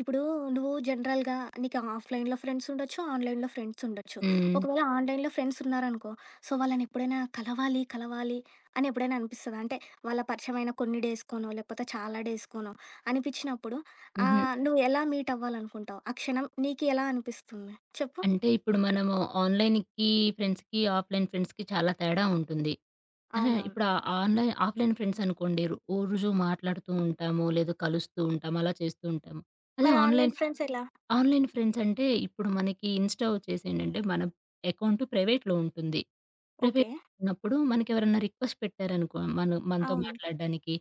ఇప్పుడు నువ్వు జనరల్‌గా నీకు ఆఫ్‌లైన్‌లో ఫ్రెండ్స్ ఉండొచ్చు. ఆన్‌లైన్‌లో ఫ్రెండ్స్ ఉండొచ్చు. హ్మ్. ఒకవేళ ఆన్‌లైన్‌లో ఫ్రెండ్స్ ఉన్నారనుకో, సో, వాళ్ళని ఎప్పుడైనా కలవాలి, కలవాలి అని ఎప్పుడైనా అనిపిస్తదా? అంటే వాళ్ళ పరిచయమైన కొన్ని డేస్‌కోనో, లేకపోతే చాలా డేస్‌కోనో అనిపించినప్పుడు హుహు. నువ్వు ఎలా మీట్ అవ్వాలనుకుంటావు? ఆ క్షణం నీకు ఎలా అనిపిస్తుంది? చెప్పు. అంటే ఇప్పుడు మనము ఆన్‌లైన్‌కి ఫ్రెండ్స్‌కి, ఆఫ్‌లైన్ ఫ్రెండ్స్‌కి చాలా తేడా ఉంటుంది. అలా అవునవును. ఇప్పుడు ఆన్‌లైన్, ఆఫ్‌లైన్ ఫ్రెండ్స్ అనుకోండి రోజు మాట్లాడుతూ ఉంటాము, లేదా కలుస్తూ ఉంటాము, అలా చేస్తూ ఉంటాము. అదే మరి ఆన్‌లైన్, ఆన్‌లైన్ ఫ్రెండ్స్ ఎలా? ఆన్‌లైన్ ఫ్రెండ్స్ అంటే ఇప్పుడు మనకి ఇన్‌స్టా వచ్చేసి ఏంటంటే మన అకౌంట్ ప్రైవేట్‌లో ఉంటుంది. ఓకే. ప్రైవేట్ ఉన్నప్పుడు మనకెవరన్నా రిక్వెస్ట్ పెట్టారనుకో మనతో అవును. మాట్లాడడానికి,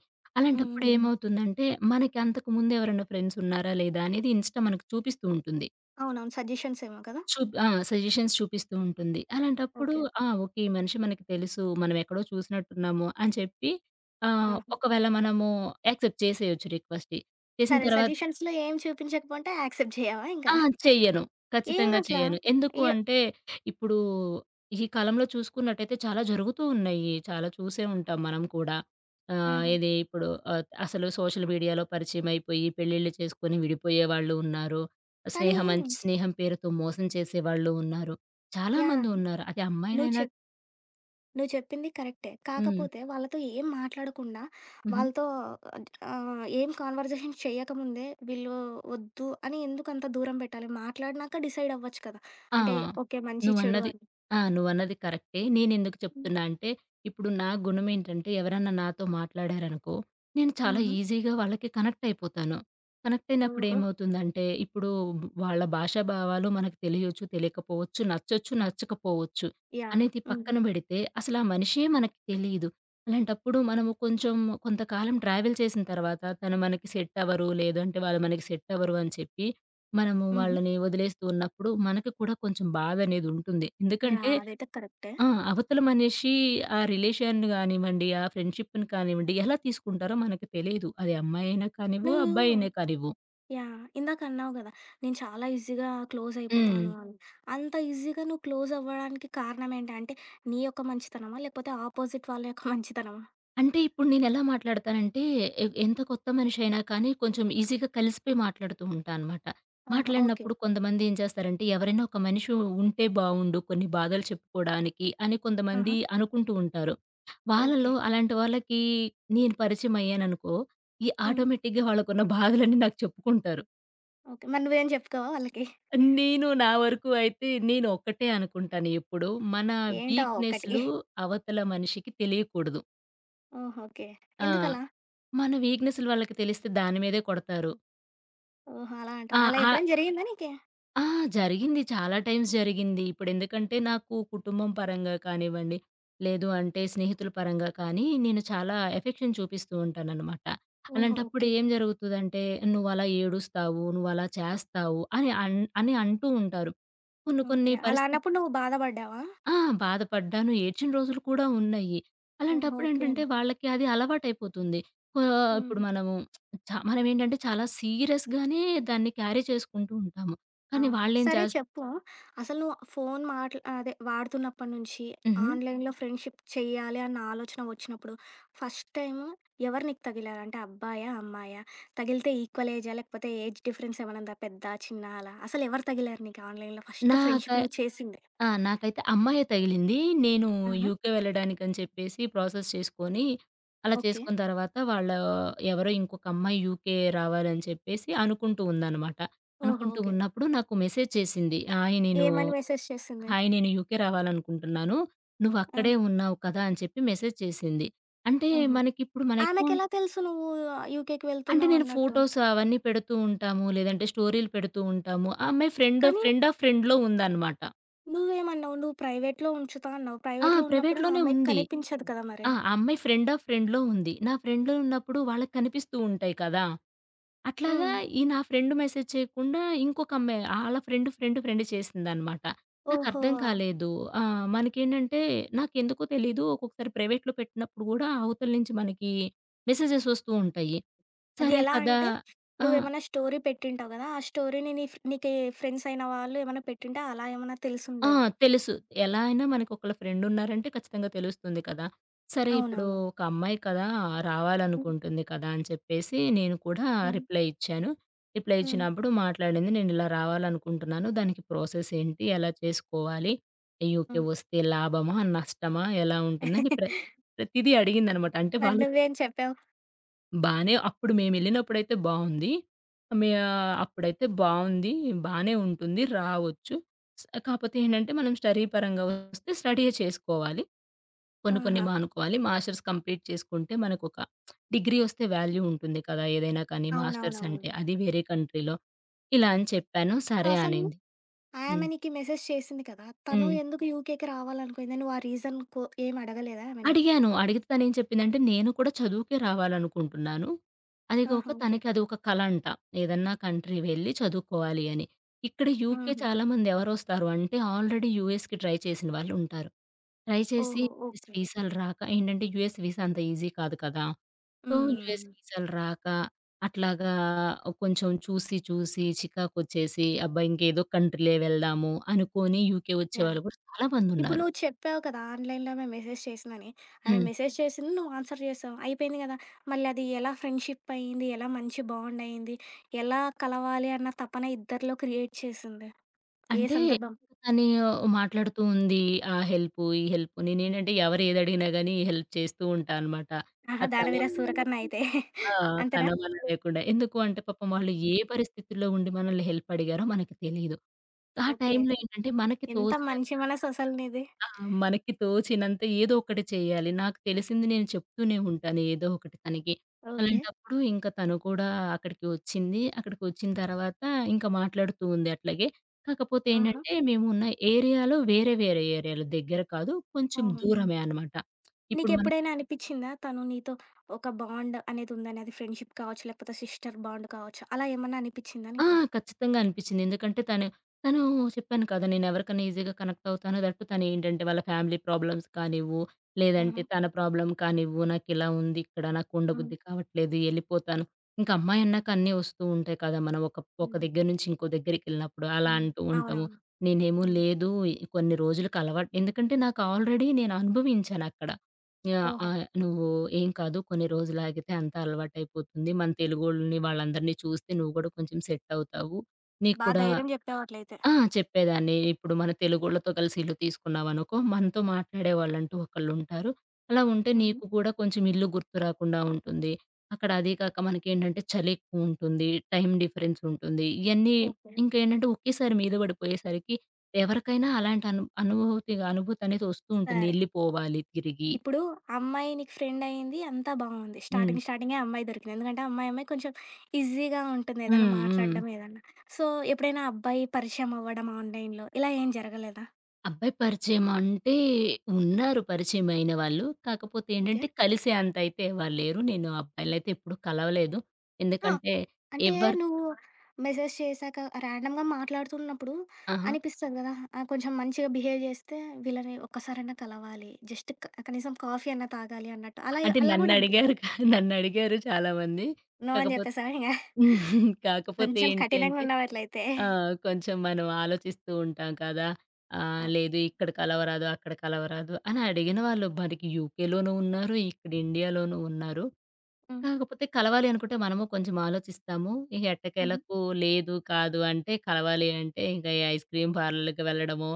హ్మ్. అలాంటప్పుడు హ్మ్. ఏమవుతుందంటే మనకి అంతకు ముందు ఎవరైనా ఫ్రెండ్స్ ఉన్నారా లేదా అనేది ఇన్‌స్టా మనకు చూపిస్తూ ఉంటుంది. అవునవును. సజెషన్స్ ఏమో కదా! చూప్ ఆ! సజెషన్స్ చూపిస్తూ ఉంటుంది. అలాంటప్పుడు ఓకే. ఓకే, ఈ మనిషి మనకి తెలుసు, మనం ఎక్కడో చూసినట్టున్నాము అని చెప్పి ఆహా! ఒకవేళ మనము యాక్సెప్ట్ చేసేయొచ్చు రిక్వెస్ట్‌ని. చేసిన సరే, తర్వాత సజెషన్స్‌లో ఏం చూపించకపోతే యాక్సెప్ట్ చేయవా ఆ! ఇంకా? చెయ్యను. ఖచ్చితంగా ఏమట్లా? చెయ్యను. ఎందుకు ఏ అంటే, ఇప్పుడు ఈ కాలంలో చూసుకున్నట్టయితే చాలా జరుగుతూ ఉన్నాయి. చాలా చూసే ఉంటాం మనం కూడా. ఆహా! ఇది ఇప్పుడు అసలు సోషల్ మీడియాలో పరిచయమైపోయి పెళ్ళిళ్ళు చేసుకొని విడిపోయేవాళ్ళు ఉన్నారు. స్నేహం కానీ స్నేహం పేరుతో మోసం చేసేవాళ్ళు ఉన్నారు. యాహ్! చాలామందున్నారు. అది నువ్వు అమ్మాయినైనా. చెప్ నువ్వు చెప్పింది కరెక్టే. హ్మ్. కాకపోతే వాళ్ళతో ఏం మాట్లాడకుండా, హుహు. వాళ్ళతో ఏం కాన్వర్జేషన్ చేయకముందే వీళ్ళు వద్దు అని ఎందుకు అంత దూరం పెట్టాలి? మాట్లాడినాక డిసైడ్ అవ్వచ్చు కదా! ఆ! అంటే ఓకే. మంచి, చెడు నువ్వన్నది అని. నువ్వన్నది కరెక్టే. నేనెందుకు హ్మ్. చెప్తున్నా అంటే, ఇప్పుడు నా గుణం ఏంటంటే ఎవరన్నా నాతో మాట్లాడారనుకో, నేను చాలా హుహు. ఈజీగా వాళ్ళకి కనెక్ట్ అయిపోతాను. కనెక్ట్ అయినప్పుడు ఓహో! ఏమవుతుందంటే, ఇప్పుడు వాళ్ళ భాషా భావాలు మనకు తెలియొచ్చు, తెలియకపోవచ్చు, నచ్చొచ్చు, నచ్చకపోవచ్చు యాహ్! అనేది హ్మ్. పక్కన పెడితే అసలు ఆ మనిషే మనకి తెలీదు. అలాంటప్పుడు మనము కొంచెం కొంతకాలం ట్రావెల్ చేసిన తర్వాత తను మనకి సెట్ అవ్వరు, లేదంటే వాళ్ళు మనకి సెట్ అవ్వరు అని చెప్పి మనము హుహు. వాళ్ళని వదిలేస్తూ ఉన్నప్పుడు మనకి కూడా కొంచెం బాధనేదుంటుంది. యాహ్! ఎందుకంటే అదైతే కరెక్టే. ఆ! అవతల మనిషి ఆ రిలేషన్‌ని గానివ్వండి, ఆ ఫ్రెండ్‌షిప్‌ని కానివ్వండి ఎలా తీసుకుంటారో మనకి తెలీదు. అది అమ్మాయైనా కానివ్వు, నువ్వు అబ్బాయైనా కానివ్వు. యాహ్! ఇందాకన్నావు గదా! నేను చాలా ఈజీగా క్లోజ్ హ్మ్. అయిపోతాను అని. హ్మ్. అంత ఈజీగా నువ్వు క్లోజ్ అవ్వడానికి కారణం ఏంటి? అంటే నీ యొక్క మంచితనమా? లేకపోతే ఆపోజిట్ వాళ్ళ యొక్క మంచితనమా? అంటే ఇప్పుడు నేనెలా మాట్లాడతానంటే, ఎంత కొత్త మనిషైనా కానీ కొంచెం ఈజీగా కలిసిపోయి మాట్లాడుతూ ఉంటా అనమాట. ఆహా! ఓకే. మాట్లాడినప్పుడు కొంతమంది ఏం చేస్తారంటే, ఎవరైనా ఒక మనిషి ఉంటే బావుండు కొన్ని బాధలు చెప్పుకోడానికి అని ఆహా! కొంతమంది హ్మ్. అనుకుంటూ ఉంటారు. ఓకే. వాళ్ళలో అలాంటి వాళ్ళకి నేను పరిచయం అయ్యాననుకో, ఈ హ్మ్. ఆటోమేటిక్‌గా వాళ్ళకున్న బాధలన్నీ నాకు చెప్పుకుంటారు. ఓకే. మరి నువ్వేం చెప్పుకోవా వాళ్ళకి? నేను నా వరకు అయితే నేను ఒక్కటే అనుకుంటాను ఎప్పుడూ. మన ఏంటో ఆ హ్మ్. ఒక్కటి? వీక్‌నెస్‌లు అవతల మనిషికి తెలియకూడదు. ఓహో! ఓకే. ఆ! ఎందుకలా? మన వీక్‌నెస్‌లు వాళ్ళకి తెలిస్తే దాని మీదే కొడతారు. ఓహో! అలా ఆ! అంటావా? అలా ఆహ్, ఎప్పుడైనా జరిగిందా నీకి? ఆ! జరిగింది. చాలా టైమ్స్ జరిగింది. ఇప్పుడెందుకంటే నాకు కుటుంబం పరంగా కానివ్వండి, లేదు అంటే స్నేహితుల పరంగా కానీ నేను చాలా ఎఫెక్షన్ చూపిస్తూ ఉంటాననమాట. ఓహో! అలాంటప్పుడు ఓకే. ఏం జరుగుతదంటే, "నువ్వలా ఏడుస్తావు, నువ్వలా చేస్తావు" అని అని అంటూ ఉంటారు. కొన్ని కొన్ని ఓకే. అలా పరిస్థితులు. అన్నప్పుడు నువ్వు బాధపడ్డావా? ఆ! బాధపడ్డాను. ఏడ్చిన రోజులు కూడా ఉన్నాయి. ఓహో! ఓకే. అలాంటప్పుడేంటంటే, వాళ్ళకి అది అలవాటైపోతుంది. ఆహ్, ఇప్పుడు హ్మ్. మనము మనమేంటంటే చాలా సీరియస్‌గానే దాన్ని క్యారీ చేసుకుంటూ ఉంటాము. ఆ! కానీ వాళ్ళేం సరే, చేస్. చెప్పు. అసలు నువ్వు ఫోను అదే వాడుతున్నప్పటి నుంచి హుహు. ఆన్‌లైన్‌లో ఫ్రెండ్‌షిప్ చెయ్యాలి అన్న ఆలోచన వచ్చినప్పుడు ఫస్ట్ టైము ఎవరు నీకు తగిలారు? అంటే అబ్బాయా? అమ్మాయా? తగిలితే ఈక్వల్ ఏజా? లేకపోతే ఏజ్ డిఫరెన్స్ ఏమన్నా ఉందా? పెద్దా? చిన్నా? అలా? అసలు ఎవరు తగిలారు నీకు ఆన్‌లైన్‌లో ఫస్ట్ ఫ్రెండ్‌షిప్ నాకై నువ్వు చేసింది? ఆ! నాకైతే అమ్మాయే తగిలింది. నేను ఆహా! యూకే వెళ్ళడానికని చెప్పేసి ప్రాసెస్ చేసుకొని, అలా ఓకే. చేసుకున్న తర్వాత ఎవరో ఇంకొక అమ్మాయి యూకే రావాలని చెప్పేసి అనుకుంటూ ఉందనమాట. ఓహో! అనుకుంటూ ఓకే. ఉన్నప్పుడు నాకు మెసేజ్ చేసింది. ఏమని మెసేజ్ చేసింది? హాయ్ నేను యూకే రావాలనుకుంటున్నాను. ఆ! నువ్వక్కడే ఉన్నావు కదా అని చెప్పి మెసేజ్ చేసింది. అంటే హుహు. మనకిప్పుడు మన అకౌంట్ ఆమెకెలా తెలుసు నువ్వు యూకేకి అంటే నేను వెళ్తున్నావన్నట్టు? ఫోటోస్ అవన్నీ పెడుతూ ఉంటాము. లేదంటే స్టోరీలు పెడుతూ ఉంటాము. ఆ అమ్మాయి ఫ్రెండ్, కానీ ఫ్రెండ్ ఆఫ్ ఫ్రెండ్‌లో ఉందనమాట. నువ్వేమన్నావు? నువ్వు ప్రైవేట్‌లో ఉంచుతా అన్నావు. ఆ, ప్రైవేట్‌లో ఉన్నప్పుడు ఆ హ్మ్. ప్రైవేట్‌లోనే అమ్మాయికి ఉంది. కనిపించదు హ్మ్. కదా మరి. ఆ! ఆ అమ్మాయి ఫ్రెండ్ ఆఫ్ ఫ్రెండ్‌లో ఉంది. నా ఫ్రెండ్‌లో ఉన్నప్పుడు వాళ్ళకి కనిపిస్తూ ఉంటాయి కదా! అట్లాగా హ్మ్. ఈ నా ఫ్రెండ్ మెసేజ్ చేయకుండా ఇంకొక అమ్మాయి ఆళ్ళ ఫ్రెండ్, ఫ్రెండ్, ఫ్రెండ్ చేసిందనమాట. ఓహో! నాకర్థం కాలేదు. మనకేంటంటే నాకెందుకో తెలీదు ఒక్కొక్కసారి ప్రైవేట్‌లో పెట్టినప్పుడు గూడా అవతల నుంచి మనకి మెసేజెస్ వస్తూ ఉంటాయి. అది సరే ఎలా కదా! అంటే ఆ! నువ్వేమన్నా స్టోరీ పెట్టింటావు గదా! ఆ స్టోరీని నీ ఫ్ నీకి ఫ్రెండ్స్ అయిన వాళ్ళు ఏమన్నా పెట్టింటే అలా ఏమన్నా ఆ! తెలిసుందేమో. తెలుసు. ఎలా అయినా మనకొకళ్ళ ఫ్రెండున్నారంటే ఖచ్చితంగా తెలుస్తుంది కదా! సరే ఇప్పుడు అవునవును. ఒక అమ్మాయి కదా! హ్మ్. రావాలనుకుంటుంది కదా అని చెప్పేసి నేను కూడా హ్మ్. రిప్లై ఇచ్చాను. రిప్లై హ్మ్. ఇచ్చినప్పుడు మాట్లాడింది. నేను ఇలా రావాలనుకుంటున్నాను. దానికి ప్రాసెస్ ఏంటి? ఎలా చేసుకోవాలి? యూకే హ్మ్. వస్తే లాభమా? నష్టమా? ఎలా ఉంటుందని ప్రతిదీ అడిగిందనమాట. అంటే మరి వాళ్ళ నువ్వేం చెప్పావు? బానే అప్పుడు మేమెళ్ళినప్పుడైతే బావుంది. అప్పుడైతే బావుంది. బానే ఉంటుంది. రావచ్చు. కాపోతే ఏంటంటే, మనం స్టడీ పరంగా వస్తే స్టడీయే చేసుకోవాలి. కొన్ని కొన్ని ఆహా! మానుకోవాలి. మాస్టర్స్ కంప్లీట్ చేసుకుంటే మనకొక డిగ్రీ వస్తే వాల్యూ ఉంటుంది కదా! ఏదైనా కానీ మాస్టర్స్ అవునవునవును. అంటే. అది వేరే కంట్రీలో ఇలా అని చెప్పాను. సో, సరే అసలు అనింది. ఆమె హ్మ్. నీకి మెసేజ్ చేసింది కదా! తను హ్మ్. ఎందుకు యూకేకి రావాలనుకుంది? నువ్వు ఆ రీజన్ కో ఏం అడగలేదా ఆమెని? అడిగాను. అడిగితే తనేం చెప్పిందంటే, "నేను కూడా చదువుకే రావాలనుకుంటున్నాను. ఆహా! అదిగాక ఓకే. తనకి అదొక కల అంట. ఏదన్నా కంట్రీ వెళ్ళి చదువుకోవాలి" అని. ఇక్కడ యూకే ఆహా! చాలామంది ఎవరొస్తారు అంటే, ఆల్రెడీ యూఎస్‌కి ట్రై చేసిన వాళ్ళుంటారు. ట్రై చేసి ఓహో! US okay. వీసాలు రాక ఏంటంటే, యూఎస్ వీసా అంత ఈజీ కాదు కదా! సో, హ్మ్. యూఎస్ హ్మ్. వీసాలు రాక అట్లాగా కొంచెం చూసి, చూసి చికాకొచ్చేసి, అబ్బా! ఇంకేదో కంట్రీలే వెళ్దాము అనుకోని యూకే యాహ్! వచ్చేవాళ్ళు కూడా ఇప్పుడు చాలామందున్నారు. నువ్వు చెప్పావు కదా! ఆన్‌లైన్‌లో ఆమె మెసేజ్ చేసిందని. ఆమె హ్మ్. మెసేజ్ చేసింది, నువ్వు ఆన్సర్ చేసావు. అయిపోయింది కదా! మళ్ళీ అది ఎలా ఫ్రెండ్‌షిప్ అయింది? ఎలా మంచి బాండ్ అయింది? ఎలా కలవాలి అన్న తపన ఇద్దరిలో క్రియేట్ చేసింది? ఏ అంటే సందర్భం? తను మాట్లాడుతూ ఉంది. ఆ హెల్పు, ఈ హెల్పు. నేనేంటంటే ఎవరు ఏదడిగినా గాని హెల్ప్ చేస్తూ ఉంటా అనమాట. ఆహా! అది తన 'దానవీర మన సూరకర్ణ' లేకుండా అయితే. ఆ! తన అంతేనా? హ్మ్. మన లేకుండా. ఎందుకు అంటే పాపం వాళ్ళు ఏ పరిస్థితుల్లో ఉండి మనల్ని హెల్ప్ అడిగారో మనకి తెలీదు. ఆ ఓకే. టైంలో ఏంటంటే మనకి ఎంత తోచిన మంచి మనసు అసలు నీది. ఆ! మనకి తోచినంత ఏదో ఒకటి చేయాలి. నాకు తెలిసింది నేను చెప్తూనే ఉంటాను ఏదో ఒకటి తనకి. ఓకే. అలాంటప్పుడు ఇంక తను కూడా అక్కడికి వచ్చింది. అక్కడికి వచ్చిన తర్వాత ఇంక మాట్లాడుతూ ఉంది అట్లాగే. కాకపోతే ఆహా! ఏంటంటే మేమున్న ఏరియాలో వేరే వేరే ఏరియాలు దగ్గర కాదు. కొంచెం ఓహో! దూరమే అనమాట. ఇప్పుడు మనకి నీకెప్పుడైనా అనిపిచ్చిందా? తను నీతో ఒక బాండ్ అనేది ఉందని. అది ఫ్రెండ్‌షిప్ కావచ్చు, లేకపోతే సిస్టర్ బాండ్ కావచ్చు. అలా ఏమన్నా అనిపిచ్చిందా ఆ! నీకు? ఖచ్చితంగా అనిపిచ్చింది. ఎందుకంటే తను చెప్పాను కదా! నేనెవరికన్నా ఈజీగా కనెక్ట్ అవుతాను. తనేంటంటే వాళ్ళ ఫ్యామిలీ ప్రాబ్లమ్స్ కానివ్వు, లేదంటే హుహు. తన ప్రాబ్లమ్ కానివ్వు, నాకిలా ఉంది ఇక్కడ, హ్మ్. నాకుండబుద్ధి కావట్లేదు, ఎళ్ళిపోతాను. ఇంక అమ్మాయన్నాక అన్నీ వస్తూ ఉంటాయి కదా! మనం ఒక హుహు. దగ్గర నుంచి ఇంకో దగ్గరికెళ్ళినప్పుడు అలా హ్మ్. అంటూ ఉంటాము. అవునవును. నేనేమో హ్మ్. లేదు, కొన్ని రోజులకి అలవాటు ఎందుకంటే నాకు ఆల్రెడీ నేను అనుభవించానక్కడ. యాహ్! ఓహో! ఆహ్, నువ్వు ఏం కాదు కొన్ని రోజులు ఆగితే అంతా అలవాటయిపోతుంది. మన తెలుగోళ్ళని వాళ్ళందరిని చూస్తే నువ్వు గూడా కొంచెం సెట్ అవుతావు. నీకు బా కూడా ధైర్యం జెప్పావు అట్లయితే. ఆ! చెప్పేదాన్ని. ఇప్పుడు మన తెలుగోళ్ళతో కలిసి ఇల్లు తీసుకున్నామనుకో, మనతో మాట్లాడేవాళ్ళంటూ ఒకళ్ళుంటారు. అలా ఉంటే హుహు. నీకు కూడా కొంచెం ఇల్లు గుర్తు రాకుండా ఉంటుంది. అక్కడ అదీ కాక మనకేంటంటే చలి ఎక్కువుంటుంది. టైమ్ డిఫరెన్స్ ఉంటుంది. ఇయన్నీ ఓకే. ఇంకేంటంటే ఒకేసారి మీద పడిపోయేసరికి ఎవరికైనా అలాంటి అనుభూతిగా అనుభూతనేది వస్తూ ఉంటుంది. సరే. ఎళ్ళిపోవాలి తిరిగి. ఇప్పుడు అమ్మాయి నీకు ఫ్రెండ్ అయింది అంతా బావుంది. హ్మ్. స్టార్టింగ్ స్టార్టింగే అమ్మాయి దొరికింది. ఎందుకంటే అమ్మాయి, అమ్మాయి కొంచెం ఈజీగా ఉంటుంది ఏదైనా హ్మ్. హ్మ్. మాట్లాడడం ఏదన్నా. సో, ఎప్పుడైనా అబ్బాయి పరిచయం అవ్వడం ఆన్‌లైన్‌లో ఇలా ఏం జరగలేదా? అబ్బాయి పరిచయం అంటే ఉన్నారు పరిచయమైన వాళ్ళు. కాకపోతే ఓకే. ఏంటంటే కలిసే అంత అయితే ఎవరు లేరు. నేను అబ్బాయిలనైతే ఎప్పుడు కలవలేదు. ఆ! ఎందుకంటే అంటే ఎవరు నువ్వు మెసేజ్ చేశాక ర్యాండమ్‌గా మాట్లాడుతున్నప్పుడు ఆహా! అనిపిస్తది గదా! కొంచెం మంచిగా బిహేవ్ జేస్తే వీళ్ళని ఒక్కసారైనా కలవాలి. జస్ట్ క కనీసం కాఫీ అన్నా తాగాలి అన్నట్టు అలా అంటే అలా గూడా నన్నడిగారు అనిపియలేదా? నన్నడిగారు చాలామంది. నో అని కాకపోతే జెప్పేసావా ఇంగ? కాకపోతే కొంచెం ఏంటి కఠినంగా అంటే ఉన్నావట్లయితే. కొంచెం మనం ఆలోచిస్తూ ఉంటాం కదా! ఆ! లేదు ఇక్కడ కలవరాదు, అక్కడ కలవరాదు అని అడిగిన వాళ్ళు మనకి యూకేలోనూ ఉన్నారు, ఇక్కడ ఇండియాలోనూ ఉన్నారు. హ్మ్. కాకపోతే కలవాలి అనుకుంటే మనము కొంచెం ఆలోచిస్తాము. ఇక హుహు. ఎట్టకేలకు లేదు, కాదు అంటే కలవాలి అంటే ఇంక ఈ ఐస్ క్రీమ్ పార్లర్‌లకి వెళ్ళడము,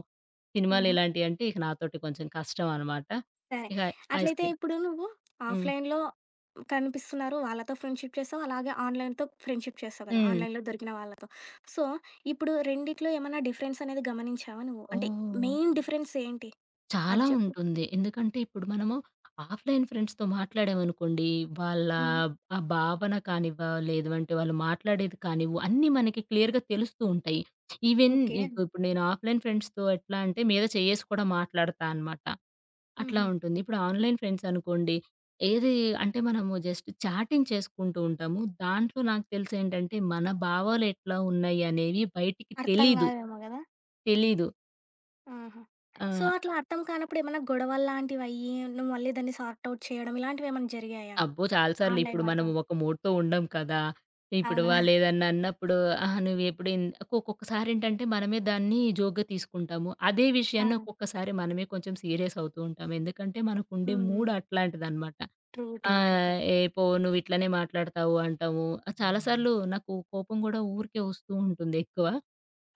సినిమాలు హుహు. ఇలాంటియంటే ఇక నాతోటి కొంచెం కష్టం అనమాట. సరే. ఇక ఐస్ అట్లయితే క్రీమ్ ఇప్పుడు నువ్వు హ్మ్. ఆఫ్‌లైన్‌లో కనిపిస్తున్నారు. వాళ్ళతో ఫ్రెండ్‌షిప్ చేస్తావు. అలాగే ఆన్‌లైన్‌తో ఫ్రెండ్‌షిప్ చేస్తావు కదా! హ్మ్. ఆన్‌లైన్‌లో దొరికిన వాళ్ళతో. సో, ఇప్పుడు రెండిట్లో ఏమన్నా డిఫరెన్స్ అనేది గమనించావా నువ్వు? అంటే ఓహ్! మెయిన్ డిఫరెన్స్ ఏంటి? అది చాలా జెప్పు. ఉంటుంది. ఎందుకంటే ఇప్పుడు మనము ఆఫ్‌లైన్ ఫ్రెండ్స్‌తో మాట్లాడామనుకోండి, వాళ్ళ హ్మ్. ఆ భావన కానివ్వ, లేదు అంటే వాళ్ళు మాట్లాడేది కానివ్వు, అన్నీ మనకి క్లియర్‌గా తెలుస్తూ ఉంటాయి. Even okay. నీకు ఇప్పుడు నేను ఆఫ్‌లైన్ ఫ్రెండ్స్‌తో ఎట్లా అంటే మీద చేయ్యేసి కూడా మాట్లాడతా అనమాట. అట్లా హుహు. ఉంటుంది. ఇప్పుడు ఆన్‌లైన్ ఫ్రెండ్స్ అనుకోండి, ఏది అంటే మనము జస్ట్ చాటింగ్ చేసుకుంటూ ఉంటాము. దాంట్లో నాకు తెలిసేంటంటే మన భావాలు ఎట్లా ఉన్నాయి అనేవి బయటికి అర్థం తెలీదు. కాదేమో గదా! తెలీదు. ఆహా! ఆ! సో, అట్లా అర్థం కానప్పుడు ఏమన్నా గొడవల్లాంటివయ్యి, నువ్వు మళ్ళీ దాన్ని సార్ట్ ఔట్ చేయడం ఇలాంటివేమన్నా జరిగాయా? అబ్బో! చాలా సార్లు. ఆన్‌లైన్ ఇప్పుడు మనం వాళ్ళతో. ఒక మూడ్‌తో ఉండం కదా! ఇప్పుడు అవును. వాళ్ళేదన్నా అన్నప్పుడు, "అహా! నువ్వెప్పుడు ఇన్" ఒక్కొక్కసారేంటంటే మనమే దాన్ని జోక్‌గా తీసుకుంటాము. అదే విషయాన్ని అవును. ఒక్కొక్కసారి మనమే కొంచెం సీరియస్ అవుతూ ఉంటాం. ఎందుకంటే మనకుండే హ్మ్. మూడ్ హ్మ్. అట్లాంటిదనమాట. ట్రూ. ట్రూ. ట్రూ. ఆహ్, "ఏ కరెక్ట్. పో నువ్వు ఇట్లనే మాట్లాడతావు" అంటాము. చాలా సార్లు నాకు కోపం గూడా ఊరికే వస్తూ ఉంటుంది ఎక్కువ.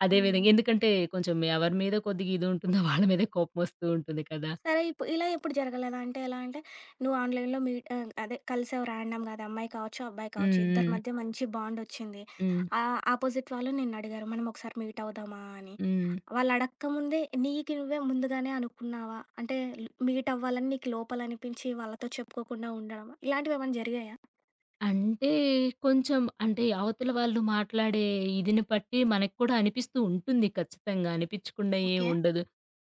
అదే హ్మ్. విధంగా ఎందుకంటే కొంచెం ఎవరి మీద కొద్దిగా ఇది ఉంటుందో వాళ్ళ మీదే కోపమొస్తూ ఉంటుంది కదా! సరే, ఇలా ఎప్పుడు జరగలేదా? అంటే ఎలా అంటే నువ్వు ఆన్‌లైన్‌లో అదే కలిసావు ర్యాండమ్‌గా అది అమ్మాయి కావచ్చు, అబ్బాయి కావచ్చు. హ్మ్. ఇద్దరి హ్మ్. మధ్య మంచి బాండొచ్చింది. హ్మ్. అపోజిట్ వాళ్ళు నిన్నడిగారు మనం ఒకసారి మీట్ అవుదామా అని. హ్మ్. వాళ్ళు అడక్క ముందే నీకు నువ్వే ముందుగానే అనుకున్నావా? అంటే ల్ మీట్ అవ్వాలని నీకు లోపలనిపించి వాళ్ళతో చెప్పుకోకుండా ఉండడమా? ఇలాంటివేమన్నా జరిగాయా? అంటే కొంచెం అంటే అవతల వాళ్ళు మాట్లాడే ఇదిని బట్టి మనకు కూడా అనిపిస్తూ ఉంటుంది ఖచ్చితంగా. అనిపిచ్చకుండా ఏం ఓకే. ఉండదు.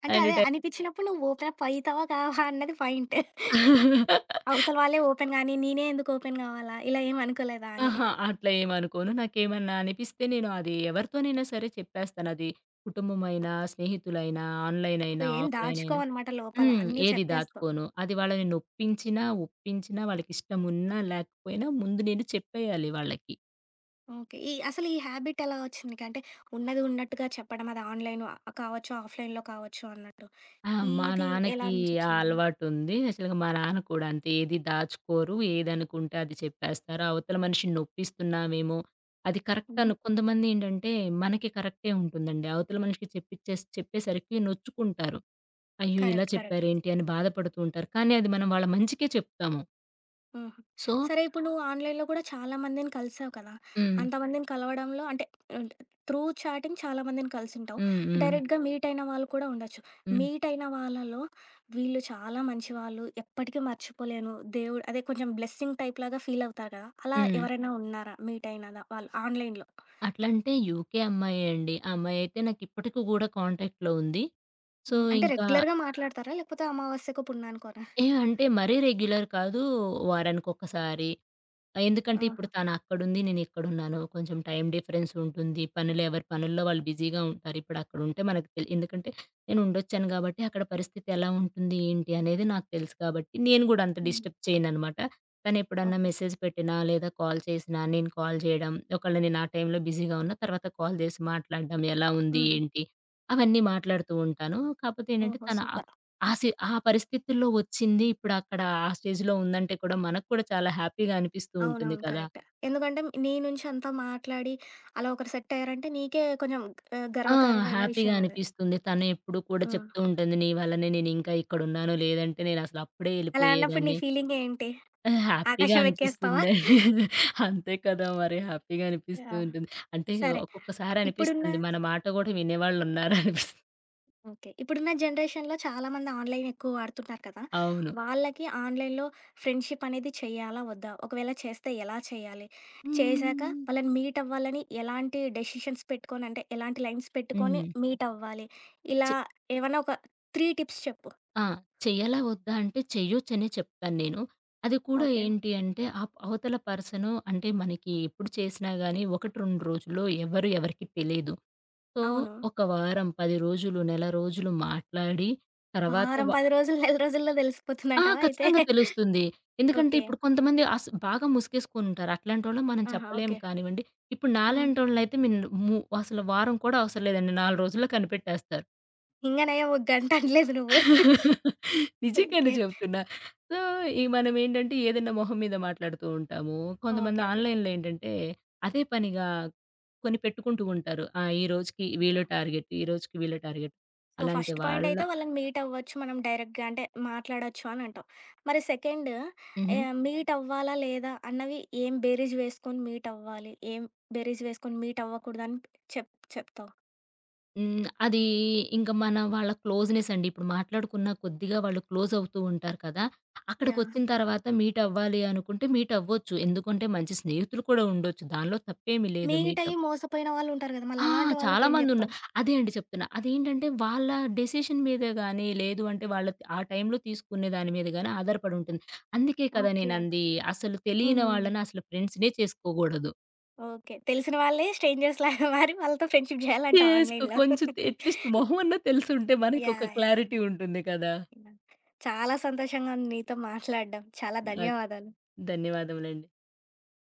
అంటే అండ్ అదే టై అనిపించినప్పుడు నువ్వు ఓపెన్ అప్ అయితావా కావా అన్నది పాయింట్. అవతల వాళ్ళే ఓపెన్ గానీ, నేనే ఎందుకు ఓపెన్ గావాలా? ఇలా ఏమి అనుకోలేదా అని? అహా! అట్లా ఏమనుకోను. నాకేమన్నా అనిపిస్తే నేను అది ఎవరితోనైనా సరే చెప్పేస్తాను. అది కుటుంబమైనా, స్నేహితులైనా, ఆన్‌లైన్ సో, అయినా, ఏం ఆఫ్‌లైన్ అయినా. దాచుకోవనమాట లోపల. అన్నీ ఏది చెప్పేస్తావు. దాచుకోను. అది వాళ్ళని నొప్పించినా, ఒప్పించినా, వాళ్ళకిష్టమున్నా లేకపోయినా ముందు నేను చెప్పేయాలి వాళ్ళకి. ఓకే. ఈ అసలు ఈ హ్యాబిట్ ఎలా వచ్చింది నీకు? అంటే ఉన్నది ఉన్నట్టుగా చెప్పడం అది ఆన్‌లైన్ కావచ్చు, ఆఫ్‌లైన్‌లో కావచ్చు అన్నట్టు. ఆ! మా ఇది ఎలా నాన్నకి నుంచి ఆ వచ్చింది? అలవాటుంది. యాక్చువల్‌గా మా నాన్న కూడా అంతే. ఏది దాచుకోరు. ఏదనుకుంటే అది చెప్పేస్తారు. అవతల మనిషిని నొప్పిస్తున్నామేమో, అది కరెక్ట్ హుహు. కొంతమందేంటంటే మనకి కరెక్టే ఉంటుందండి. అవతల మనిషికి చెప్పిచ్చేసి చెప్పేసరికి నొచ్చుకుంటారు. అయ్యో! ఇలా కరెక్ట్. కరెక్ట్. చెప్పారేంటి అని బాధపడుతూ ఉంటారు. కానీ అది మనం వాళ్ళ మంచికే చెప్తాము. హుహు. సో సరే, ఇప్పుడు నువ్వు ఆన్‌లైన్‌లో కూడా చాలా మందిని కలిసావు కదా! హ్మ్. అంతమందిని కలవడంలో అంటే త్రూ చాటింగ్ చాలా మందిని కలిసుంటావు. హ్మ్. హ్మ్. డైరెక్ట్‌గా మీట్ అయిన వాళ్ళు కూడా ఉండొచ్చు. హ్మ్. మీట్ అయిన వాళ్ళలో వీళ్ళు చాలా మంచివాళ్ళు, ఎప్పటికీ మర్చిపోలేను దేవుడు అదే కొంచెం బ్లెస్సింగ్ టైప్‌లాగా ఫీల్ అవుతారు కదా! అలా హ్మ్. ఎవరైనా ఉన్నారా? మీట్ అయిన వాళ్ళు ఆన్‌లైన్‌లో? అట్లంటే యూకే అమ్మాయే అండి. ఆ అమ్మాయయితే నాకిప్పటికి గూడా కాంటాక్ట్‌లో ఉంది. సో హ్మ్. అంటే ఇంకా రెగ్యులర్‌గా మాట్లాడతారా? లేకపోతే అమావాస్యకో పుణ్యానికోనా? ఏ అంటే మరీ రెగ్యులర్ కాదు. వారానికొకసారి. ఆహ్, ఎందుకంటే ఆహా! ఇప్పుడు తను అక్కడుంది. నేను ఇక్కడున్నాను. కొంచెం టైమ్ డిఫరెన్స్ ఉంటుంది. పనులు ఎవరి పనుల్లో వాళ్ళు బిజీగా ఉంటారు. ఇప్పుడు అక్కడుంటే మనకు తెల్ ఎందుకంటే నేను ఉండొచ్చాను కాబట్టి అక్కడ పరిస్థితి ఎలా ఉంటుంది? ఏంటి? అనేది నాకు తెలుసు కాబట్టి నేను గూడా అంత హ్మ్. డిస్టర్బ్ చేయననమాట. తను ఎప్పుడన్నా ఓకే. మెసేజ్ పెట్టినా లేదా కాల్ చేసినా నేను కాల్ చేయడం. ఒకవేళ నేను ఆ టైంలో బిజీగా ఉన్నా తర్వాత కాల్ చేసి మాట్లాడడం. ఎలా ఉంది? హుహు. ఏంటి? అవన్నీ మాట్లాడుతూ ఉంటాను. కాపోతే ఏంటంటే ఓహో! తన సూపర్. ఆ సి ఆ పరిస్థితుల్లో వచ్చింది. ఇప్పుడక్కడ ఆ స్టేజ్‌లో ఉందంటే కూడా మనకు కూడా చాలా హ్యాపీగా అనిపిస్తూ ఉంటుంది అవునవును. కదా! కరెక్టే. ఎందుకంటే నీ నుంచి అంతా మాట్లాడి అలా ఒకరు సెట్ అయ్యారంటే నీకే కొంచెం ఆ! గర్వకారమైన హ్యాపీగా విషయం అది. అనిపిస్తుంది. తను ఎప్పుడు కూడా హ్మ్. చెప్తూ ఉంటుంది. "నీ వల్లనే నేనింకా ఇక్కడున్నాను. లేదంటే నేనసలు అప్పుడే అలా అన్నప్పుడు నీ ఎళ్ళిపోయేదాన్ని." ఫీలింగ్ ఏంటి? ఆహ్, హ్యాపీగా ఆకాశం ఎక్కేస్తావా? అనిపిస్తుంది. అంతే కదా! మరి హ్యాపీగా అనిపిస్తూ యాహ్! ఉంటుంది. అంటే సరే. ఒక్కొక్కసారి ఇప్పుడున్న అనిపిస్తుంది. మన మాట గూడా వినేవాళ్ళున్నారనిపిస్తుంది. ఓకే. ఇప్పుడున్న జనరేషన్‌లో చాలామంది ఆన్‌లైన్ ఎక్కువ వాడుతున్నారు కదా! అవును. వాళ్ళకి ఆన్‌లైన్‌లో ఫ్రెండ్‌షిప్ అనేది చేయాలా? వద్దా? ఒకవేళ చేస్తే ఎలా చేయాలి? హ్మ్. చేశాక వాళ్ళని మీట్ అవ్వాలని ఎలాంటి డెసిషన్స్ పెట్టుకొని అంటే ఎలాంటి లైన్స్ పెట్టుకొని హ్మ్. మీట్ అవ్వాలి? ఇలా ఏమన్నా ఒక 3 టిప్స్ చెప్పు. ఆ! చెయ్యాలా వద్దా అంటే చెయ్యొచ్చనే చెప్పాను నేను. అది కూడా ఓకే. ఏంటి అంటే అవతల పర్సను అంటే మనకి ఎప్పుడు చేసినా గానీ 1, 2 రోజుల్లో ఎవరు ఎవరికీ తెలీదు. సో, అవును. ఒక వారం, 10 రోజులు, నెల రోజులు మాట్లాడి తర్వాత వారం, వ 10 రోజులు, నెల రోజుల్లో ఆ! తెలిసిపోతుందంటావా అయితే? ఖచ్చితంగా తెలుస్తుంది. ఎందుకంటే ఓకే. ఇప్పుడు కొంతమంది బాగా ముసుగేసుకొనుంటారు. అట్లాంటోళ్ళకి మనం ఆహా! చెప్పలేం ఓకే. కానివ్వండి. ఇప్పుడు హ్మ్. నాలాంటోళ్ళనైతే మీన్ ము అసలు వారం కూడా అవసరం లేదండి. 4 రోజుల్లో కనిపెట్టేస్తారు. ఇంగనయ్య ఒక గంట అనలేదు నువ్వు. నిజంగానే ఓకే. చెప్తున్నా. సో, ఈ మనమేంటంటే ఏదైనా మొహం మీద మాట్లాడుతూ ఉంటాము. కొంతమంది ఓకే. ఓకే. ఆన్‌లైన్‌లో ఏంటంటే అదే పనిగా కొని పెట్టుకుంటూ ఉంటారు. ఆ! ఈ రోజుకి ఓకే. వీళ్ళ టార్గెట్, ఈ రోజుకి వీళ్ళ టార్గెట్. సో, అలాంటి ఫస్ట్ పాయింట్ వాళ్ళ అయితే వాళ్ళని మీట్ అవ్వచ్చు మనం డైరెక్ట్‌గా అంటే మాట్లాడొచ్చు అని అంటావు. మరి సెకండ్ హుహు. మీట్ అవ్వాలా? లేదా? అన్నవి ఏం బేరీజ్ వేసుకొని మీట్ అవ్వాలి? ఏం బేరీజ్ వేసుకొని మీట్ అవ్వకూడదని చెప్తావు? హ్మ్. అది ఇంక మన వాళ్ళ క్లోజ్‌నెస్ అండి. ఇప్పుడు మాట్లాడుకున్న కొద్దిగా వాళ్ళు క్లోజ్ అవుతూ ఉంటారు కదా! యాహ్! అక్కడికొచ్చిన తర్వాత మీట్ అవ్వాలి అనుకుంటే మీట్ అవ్వచ్చు. ఎందుకంటే మంచి స్నేహితులు కూడా ఉండొచ్చు. దానిలో తప్పేమి లేదు. మీట్ మీట్ అయ్యి మోసపోయిన వాళ్ళుంటారు గదా! ఆ! మళ్ళలాంటి చాలా వాళ్ళకేం మందున్న జెప్తావు? అదే అండి చెప్తున్నా. అదేంటంటే వాళ్ళ డెసిషన్ మీదే గాని, లేదు అంటే వాళ్ళ ఆ టైంలో తీసుకునే దాని మీద గాని ఆధారపడి ఉంటుంది. అందుకే కదా ఓకే. నేనంది అసలు హ్మ్. తెలియని హ్మ్. వాళ్ళని అసలు ఫ్రెండ్స్‌నే చేసుకోగూడదు. ఓకే. తెలిసిన వాళ్ళే స్ట్రేంజర్స్ లాగా మారి వాళ్ళతో ఫ్రెండ్‌షిప్ జేయాలంటావు చేసుకో ఆన్‌లైన్‌లో. కొంచెం అట్‌లీస్ట్ మొహమన్నా తెలుసుంటే మనకొక యాహ్! యాహ్! Clarity yeah! ఉంటుంది కదా! చాలా సంతోషంగా ఉంది నీతో మాట్లాడడం. చాలా నాకు ధన్యవాదాలు. ధన్యవాదములండి.